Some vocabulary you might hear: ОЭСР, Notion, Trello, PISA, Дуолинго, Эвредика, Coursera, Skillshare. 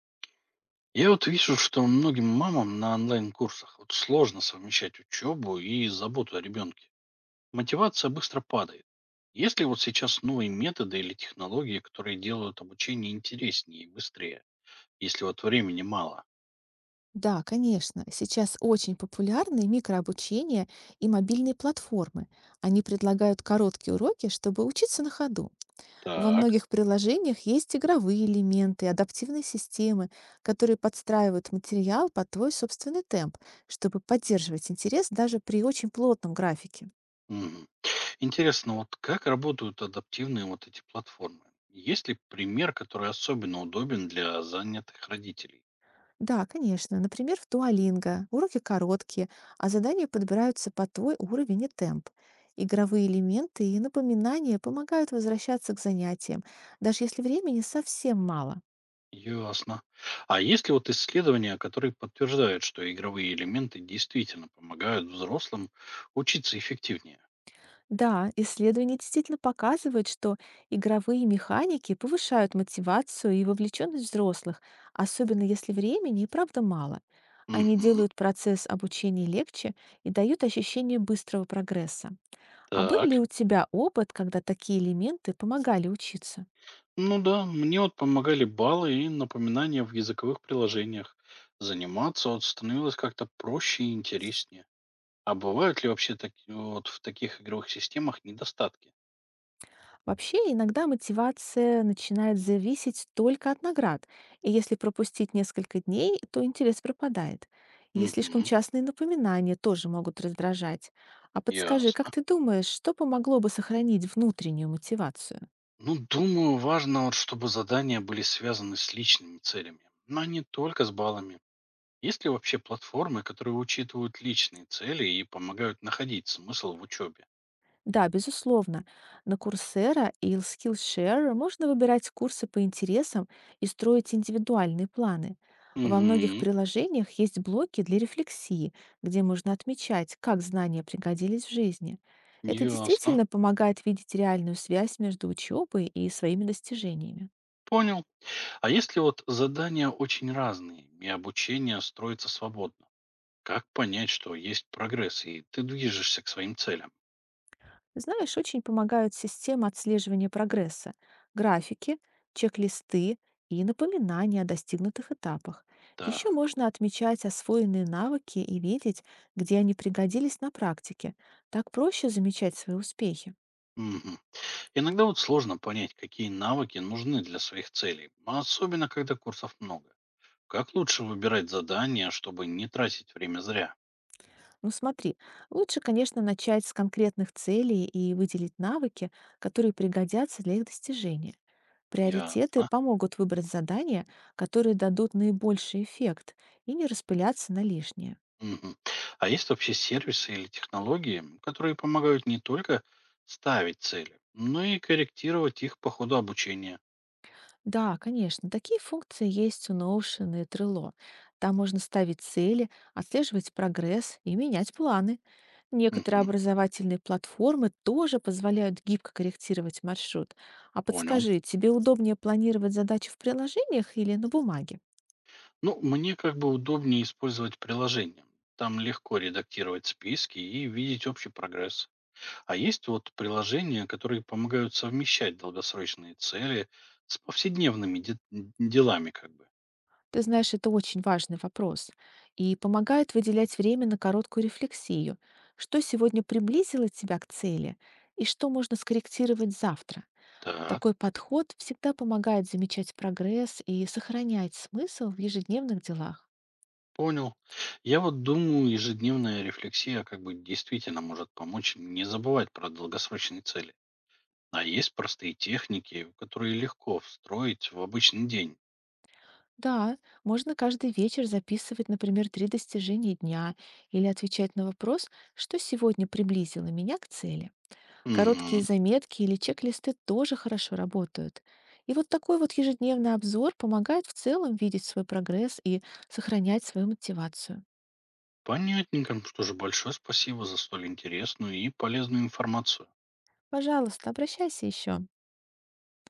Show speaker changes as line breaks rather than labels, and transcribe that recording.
Я вот вижу, что многим мамам на онлайн-курсах вот сложно совмещать учебу и заботу о ребенке. Мотивация быстро падает. Есть ли вот сейчас новые методы или технологии, которые делают обучение интереснее и быстрее, если вот времени мало?
Да, конечно. Сейчас очень популярны микрообучение и мобильные платформы. Они предлагают короткие уроки, чтобы учиться на ходу. Во
Так.
многих приложениях есть игровые элементы, адаптивные системы, которые подстраивают материал под твой собственный темп, чтобы поддерживать интерес даже при очень плотном графике.
Мгм. Интересно, вот как работают адаптивные вот эти платформы? Есть ли пример, который особенно удобен для занятых родителей?
Да, конечно. Например, в Дуолинго уроки короткие, а задания подбираются по твой уровень и темп. Игровые элементы и напоминания помогают возвращаться к занятиям, даже если времени совсем мало.
Ясно. А есть ли вот исследования, которые подтверждают, что игровые элементы действительно помогают взрослым учиться эффективнее?
Да, исследования действительно показывают, что игровые механики повышают мотивацию и вовлеченность взрослых, особенно если времени и правда мало. Они
Мгм.
делают процесс обучения легче и дают ощущение быстрого прогресса. А был
Так.
ли у тебя опыт, когда такие элементы помогали учиться?
Ну да, мне вот помогали баллы и напоминания в языковых приложениях. Заниматься вот становилось как-то проще и интереснее. А бывают ли вообще вот в таких игровых системах недостатки?
Вообще, иногда мотивация начинает зависеть только от наград, и если пропустить несколько дней, то интерес пропадает. И слишком
Мгм.
частные напоминания тоже могут раздражать. А подскажи, как
Ясно.
ты думаешь, что помогло бы сохранить внутреннюю мотивацию?
Ну, думаю, важно, вот, чтобы задания были связаны с личными целями, но не только с баллами. Есть ли вообще платформы, которые учитывают личные цели и помогают находить смысл в учебе?
Да, безусловно. На Coursera и Skillshare можно выбирать курсы по интересам и строить индивидуальные планы. Во многих
Угу,
приложениях есть блоки для рефлексии, где можно отмечать, как знания пригодились в жизни. Это
ясно.
действительно помогает видеть реальную связь между учебой и своими достижениями.
Понял. А если вот задания очень разные и обучение строится свободно, как понять, что есть прогресс и ты движешься к своим целям?
Знаешь, очень помогают системы отслеживания прогресса, графики, чек-листы и напоминания о достигнутых этапах. Еще
Так.
можно отмечать освоенные навыки и видеть, где они пригодились на практике. Так проще замечать свои успехи.
Мгм. Иногда вот сложно понять, какие навыки нужны для своих целей, а особенно когда курсов много. Как лучше выбирать задания, чтобы не тратить время зря?
Ну смотри, лучше, конечно, начать с конкретных целей и выделить навыки, которые пригодятся для их достижения. Приоритеты
Ясно.
помогут выбрать задания, которые дадут наибольший эффект, и не распыляться на лишнее.
Мгм. А есть вообще сервисы или технологии, которые помогают не только ставить цели, но и корректировать их по ходу обучения?
Да, конечно. Такие функции есть у Notion и Trello. Там можно ставить цели, отслеживать прогресс и менять планы. Некоторые
Мгм.
образовательные платформы тоже позволяют гибко корректировать маршрут. А
Понял.
подскажи, тебе удобнее планировать задачи в приложениях или на бумаге?
Ну, мне как бы удобнее использовать приложение. Там легко редактировать списки и видеть общий прогресс. А есть вот приложения, которые помогают совмещать долгосрочные цели с повседневными делами как бы.
Ты знаешь, это очень важный вопрос и помогает выделять время на короткую рефлексию. Что сегодня приблизило тебя к цели и что можно скорректировать завтра?
Так.
Такой подход всегда помогает замечать прогресс и сохранять смысл в ежедневных делах.
Понял. Я вот думаю, ежедневная рефлексия как бы действительно может помочь не забывать про долгосрочные цели. А есть простые техники, которые легко встроить в обычный день.
Да, можно каждый вечер записывать, например, три достижения дня или отвечать на вопрос, что сегодня приблизило меня к цели.
Угу.
Короткие заметки или чек-листы тоже хорошо работают. И вот такой ежедневный обзор помогает в целом видеть свой прогресс и сохранять свою мотивацию.
Понятненько. Что же, большое спасибо за столь интересную и полезную информацию.
Пожалуйста, обращайся еще.